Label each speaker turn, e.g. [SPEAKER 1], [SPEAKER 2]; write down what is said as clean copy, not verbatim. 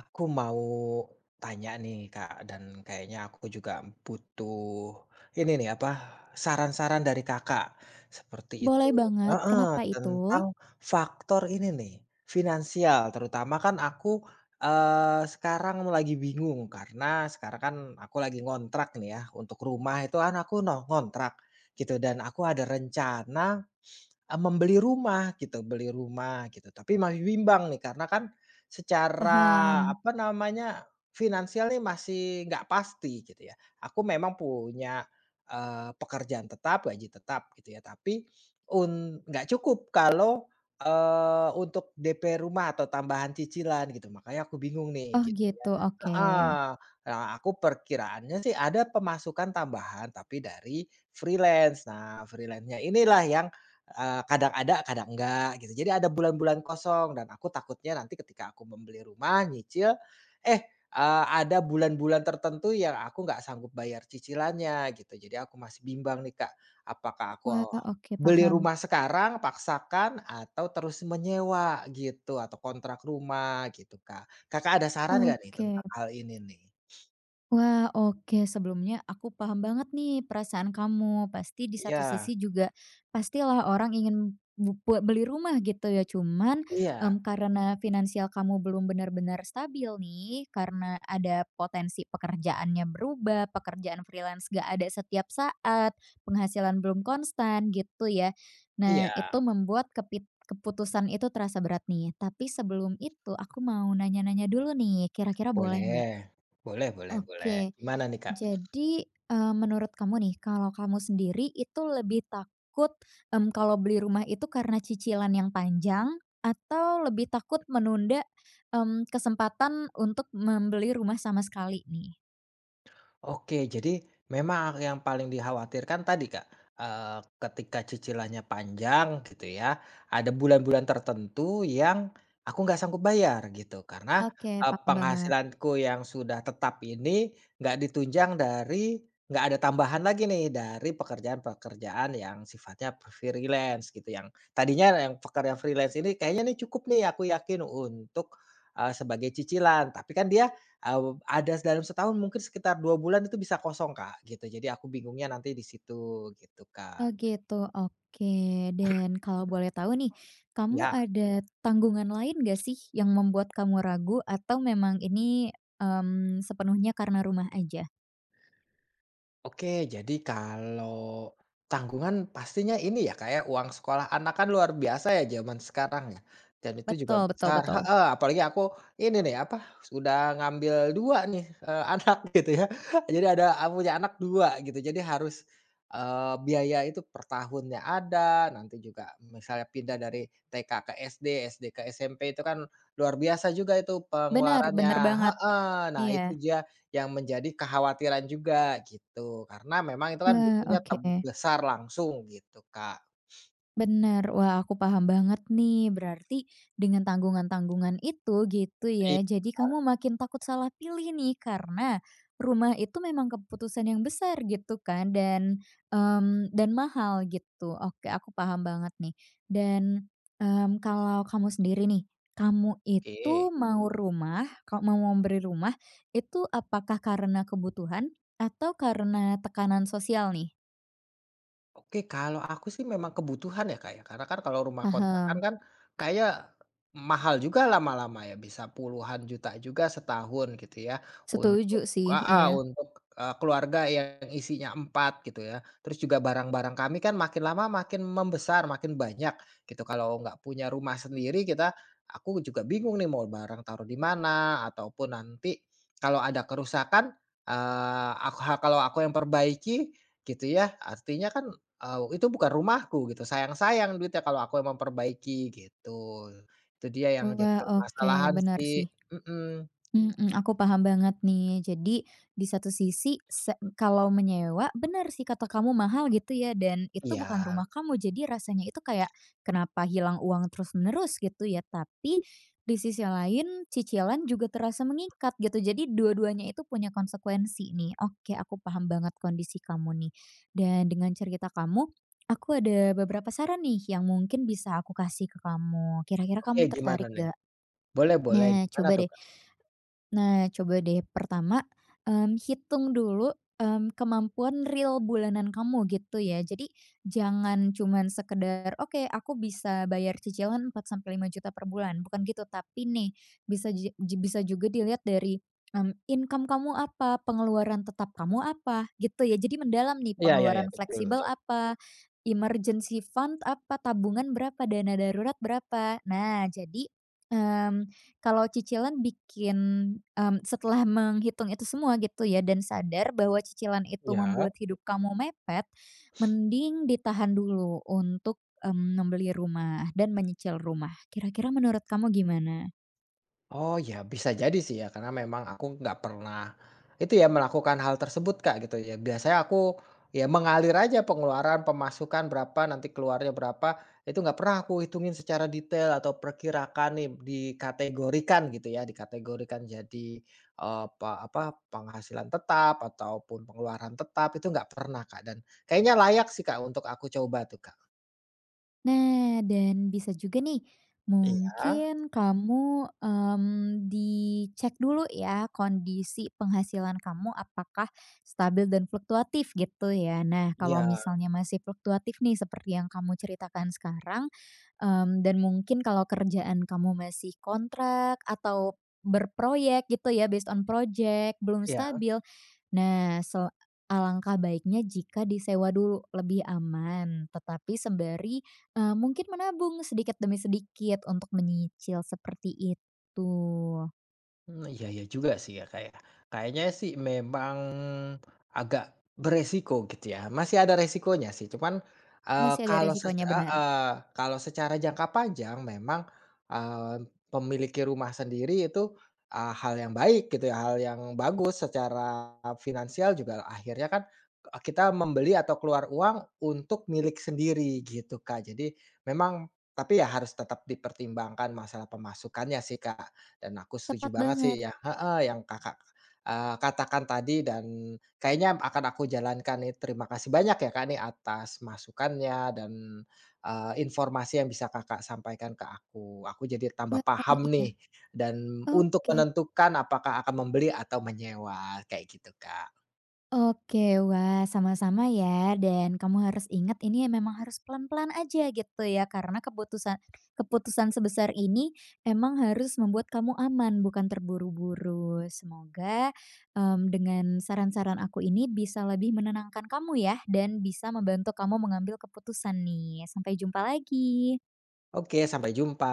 [SPEAKER 1] Aku mau tanya nih Kak, dan kayaknya aku juga butuh ini nih apa, saran-saran dari Kakak, seperti itu.
[SPEAKER 2] Boleh banget,
[SPEAKER 1] Heeh,
[SPEAKER 2] kenapa itu?
[SPEAKER 1] tentang faktor ini nih, finansial terutama kan aku, sekarang lagi bingung karena sekarang kan aku lagi ngontrak nih ya, untuk rumah itu kan aku no ngontrak gitu dan aku ada rencana membeli rumah gitu, beli rumah gitu, tapi masih bimbang nih karena kan secara
[SPEAKER 2] Paham.
[SPEAKER 1] apa namanya, finansial nih masih nggak pasti gitu ya. Aku memang punya, pekerjaan tetap, gaji tetap gitu ya, tapi nggak cukup kalau, untuk DP rumah atau tambahan cicilan gitu, makanya aku bingung nih
[SPEAKER 2] Oh
[SPEAKER 1] gitu ya.
[SPEAKER 2] gitu, oke.
[SPEAKER 1] Heeh, nah aku perkiraannya sih ada pemasukan tambahan tapi dari freelance. Nah freelance-nya inilah yang kadang ada, kadang enggak gitu. Jadi ada bulan-bulan kosong dan aku takutnya nanti ketika aku membeli rumah, nyicil, eh, ada bulan-bulan tertentu yang aku nggak sanggup bayar cicilannya gitu. Jadi aku masih bimbang nih, Kak, apakah aku
[SPEAKER 2] Wah, oke
[SPEAKER 1] beli
[SPEAKER 2] paham.
[SPEAKER 1] rumah sekarang, paksakan, atau terus menyewa gitu, atau kontrak rumah gitu, Kak. Kakak ada saran nggak nih
[SPEAKER 2] Oke.
[SPEAKER 1] tentang hal ini nih?
[SPEAKER 2] Wah, oke. Sebelumnya aku paham banget nih perasaan kamu. Pasti di satu
[SPEAKER 1] Iya,
[SPEAKER 2] sisi juga pastilah orang ingin beli rumah gitu ya. Cuman
[SPEAKER 1] iya,
[SPEAKER 2] karena finansial kamu belum benar-benar stabil nih, karena ada potensi pekerjaannya berubah, pekerjaan freelance gak ada setiap saat, penghasilan belum konstan gitu ya. Nah, itu
[SPEAKER 1] iya,
[SPEAKER 2] membuat keputusan itu terasa berat nih. Tapi sebelum itu aku mau nanya-nanya dulu nih, kira-kira boleh nggak?
[SPEAKER 1] boleh, boleh boleh boleh.
[SPEAKER 2] Oke.
[SPEAKER 1] Gimana nih, Kak?
[SPEAKER 2] Jadi, menurut kamu nih, kalau kamu sendiri itu lebih takut, kalau beli rumah itu karena cicilan yang panjang atau lebih takut menunda, kesempatan untuk membeli rumah sama sekali nih?
[SPEAKER 1] Oke, jadi memang yang paling dikhawatirkan tadi, Kak, ketika cicilannya panjang gitu ya, ada bulan-bulan tertentu yang aku nggak sanggup bayar gitu. Karena,
[SPEAKER 2] Oke, paham banget.
[SPEAKER 1] penghasilanku yang sudah tetap ini nggak ditunjang dari nggak ada tambahan lagi nih dari pekerjaan-pekerjaan yang sifatnya freelance gitu, yang tadinya yang pekerjaan freelance ini kayaknya nih cukup nih aku yakin untuk, sebagai cicilan. Tapi kan dia ada dalam setahun mungkin sekitar 2 bulan itu bisa kosong, Kak, gitu. Jadi aku bingungnya nanti di situ gitu, Kak.
[SPEAKER 2] Oh gitu, oke. Dan kalau boleh tahu nih, kamu
[SPEAKER 1] Ya.
[SPEAKER 2] ada tanggungan lain nggak sih yang membuat kamu ragu atau memang ini, sepenuhnya karena rumah aja?
[SPEAKER 1] Oke, jadi kalau tanggungan pastinya ini ya, kayak uang sekolah anak kan luar biasa ya zaman sekarang ya, dan itu juga
[SPEAKER 2] Betul betul
[SPEAKER 1] besar
[SPEAKER 2] betul.
[SPEAKER 1] heeh, apalagi aku ini nih, apa, sudah ngambil 2 nih, anak gitu ya. Jadi ada aku punya anak 2 gitu, jadi harus, biaya itu per tahunnya ada, nanti juga misalnya pindah dari TK ke SD, SD ke SMP itu kan luar biasa juga itu
[SPEAKER 2] Benar,
[SPEAKER 1] pengeluarannya
[SPEAKER 2] benar banget,
[SPEAKER 1] heeh, nah
[SPEAKER 2] iya.
[SPEAKER 1] itu dia yang menjadi kekhawatiran juga gitu, karena memang itu kan
[SPEAKER 2] Wah,
[SPEAKER 1] butuhnya
[SPEAKER 2] oke.
[SPEAKER 1] besar langsung gitu, Kak.
[SPEAKER 2] Bener. Wah, aku paham banget nih. Berarti dengan tanggungan-tanggungan itu gitu
[SPEAKER 1] Iya,
[SPEAKER 2] ya. Jadi kamu makin takut salah pilih nih karena rumah itu memang keputusan yang besar gitu kan dan mahal gitu. Oke, aku paham banget nih. Dan, kalau kamu sendiri nih, kamu itu
[SPEAKER 1] oke.
[SPEAKER 2] mau rumah ka mau memberi rumah itu apakah karena kebutuhan atau karena tekanan sosial nih?
[SPEAKER 1] Oke, kalau aku sih memang kebutuhan ya, Kak, ya, karena kan kalau rumah kontrakan
[SPEAKER 2] Paham.
[SPEAKER 1] kan kayak mahal juga lama-lama ya, bisa puluhan juta juga setahun gitu ya, untuk
[SPEAKER 2] Setuju sih, iya.
[SPEAKER 1] untuk, keluarga yang isinya 4 gitu ya. Terus juga barang-barang kami kan makin lama makin membesar, makin banyak gitu. Kalau nggak punya rumah sendiri aku juga bingung nih mau barang taruh di mana, ataupun nanti kalau ada kerusakan, aku yang perbaiki gitu ya, artinya kan itu bukan rumahku gitu, sayang-sayang duitnya kalau aku yang memperbaiki gitu. Itu dia yang jadi
[SPEAKER 2] Wah, oke,
[SPEAKER 1] permasalahan
[SPEAKER 2] benar
[SPEAKER 1] sih,
[SPEAKER 2] sih.
[SPEAKER 1] mhm,
[SPEAKER 2] Mhm, aku paham banget nih. Jadi di satu sisi kalau menyewa benar sih kata kamu mahal gitu ya dan itu bukan
[SPEAKER 1] iya.
[SPEAKER 2] rumah kamu jadi rasanya itu kayak kenapa hilang uang terus-menerus gitu ya. Tapi di sisi lain cicilan juga terasa mengikat gitu. Jadi dua-duanya itu punya konsekuensi nih. Oke, aku paham banget kondisi kamu nih. Dan dengan cerita kamu, aku ada beberapa saran nih yang mungkin bisa aku kasih ke kamu. Kira-kira
[SPEAKER 1] Oke,
[SPEAKER 2] kamu
[SPEAKER 1] gimana
[SPEAKER 2] tertarik
[SPEAKER 1] nih?
[SPEAKER 2] gak?
[SPEAKER 1] Boleh boleh,
[SPEAKER 2] Nah,
[SPEAKER 1] gimana
[SPEAKER 2] coba
[SPEAKER 1] tuh,
[SPEAKER 2] deh
[SPEAKER 1] Kak?
[SPEAKER 2] Nah, coba deh pertama, hitung dulu, kemampuan real bulanan kamu gitu ya. Jadi jangan cuman sekedar, "Oke, aku bisa bayar cicilan 4 sampai 5 juta per bulan," bukan gitu. Tapi nih bisa ji ji bisa juga dilihat dari, income kamu apa, pengeluaran tetap kamu apa, gitu ya. Jadi mendalam nih,
[SPEAKER 1] Iya iya iya,
[SPEAKER 2] pengeluaran
[SPEAKER 1] betul
[SPEAKER 2] fleksibel
[SPEAKER 1] betul,
[SPEAKER 2] apa, emergency fund apa, tabungan berapa, dana darurat berapa. Nah, jadi, mmm kalau cicilan bikin, setelah menghitung itu semua gitu ya dan sadar bahwa cicilan itu
[SPEAKER 1] iya.
[SPEAKER 2] membuat hidup kamu mepet, mending ditahan dulu untuk, membeli rumah dan menyicil rumah. Kira-kira menurut kamu gimana?
[SPEAKER 1] Oh ya bisa jadi sih ya karena memang aku nggak pernah itu ya melakukan hal tersebut Kak gitu ya. Biasanya aku ya mengalir aja pengeluaran, pemasukan berapa, nanti keluarnya berapa, itu nggak pernah aku hitungin secara detail atau perkirakan nih dikategorikan gitu ya, dikategorikan jadi apa apa penghasilan tetap ataupun pengeluaran tetap itu nggak pernah Kak dan kayaknya layak sih Kak untuk aku coba tuh Kak.
[SPEAKER 2] Nah, dan bisa juga nih,
[SPEAKER 1] Iya,
[SPEAKER 2] mungkin kamu, dicek dulu ya kondisi penghasilan kamu apakah stabil dan fluktuatif gitu ya. Nah, kalau
[SPEAKER 1] iya,
[SPEAKER 2] misalnya masih fluktuatif nih seperti yang kamu ceritakan sekarang, dan mungkin kalau kerjaan kamu masih kontrak atau berproyek gitu ya, based on project, belum
[SPEAKER 1] iya.
[SPEAKER 2] stabil, Nah, sel alangkah baiknya jika disewa dulu, lebih aman, tetapi sembari, mungkin menabung sedikit demi sedikit untuk menyicil seperti itu.
[SPEAKER 1] Mmm, iya iya juga sih ya, Kak, ya. Kayaknya sih memang agak beresiko gitu ya, masih ada resikonya sih cuman,
[SPEAKER 2] Masih ada
[SPEAKER 1] kalau sec
[SPEAKER 2] resikonya, benar.
[SPEAKER 1] heeh, kalau secara jangka panjang memang, eee, memiliki rumah sendiri itu, hal yang baik gitu ya, hal yang bagus secara finansial juga akhirnya kan, kita membeli atau keluar uang untuk milik sendiri gitu, Kak. Jadi memang tapi ya harus tetap dipertimbangkan masalah pemasukannya sih, Kak. Dan aku setuju
[SPEAKER 2] Tepat
[SPEAKER 1] banget sih
[SPEAKER 2] banget.
[SPEAKER 1] ya heeh, yang Kakak, katakan tadi dan kayaknya akan aku jalankan nih. Terima kasih banyak ya, Kak, nih atas masukannya dan, informasi yang bisa Kakak sampaikan ke aku. Aku jadi tambah
[SPEAKER 2] Wah,
[SPEAKER 1] paham
[SPEAKER 2] iya.
[SPEAKER 1] nih dan untuk
[SPEAKER 2] Oke.
[SPEAKER 1] menentukan apakah akan membeli atau menyewa, kayak gitu, Kak.
[SPEAKER 2] Oke, wah sama-sama ya dan kamu harus ingat ini ya, memang harus pelan-pelan aja gitu ya karena keputusan keputusan sebesar ini emang harus membuat kamu aman bukan terburu-buru. Semoga, dengan saran-saran aku ini bisa lebih menenangkan kamu ya dan bisa membantu kamu mengambil keputusan nih. Sampai jumpa lagi.
[SPEAKER 1] Oke, sampai jumpa.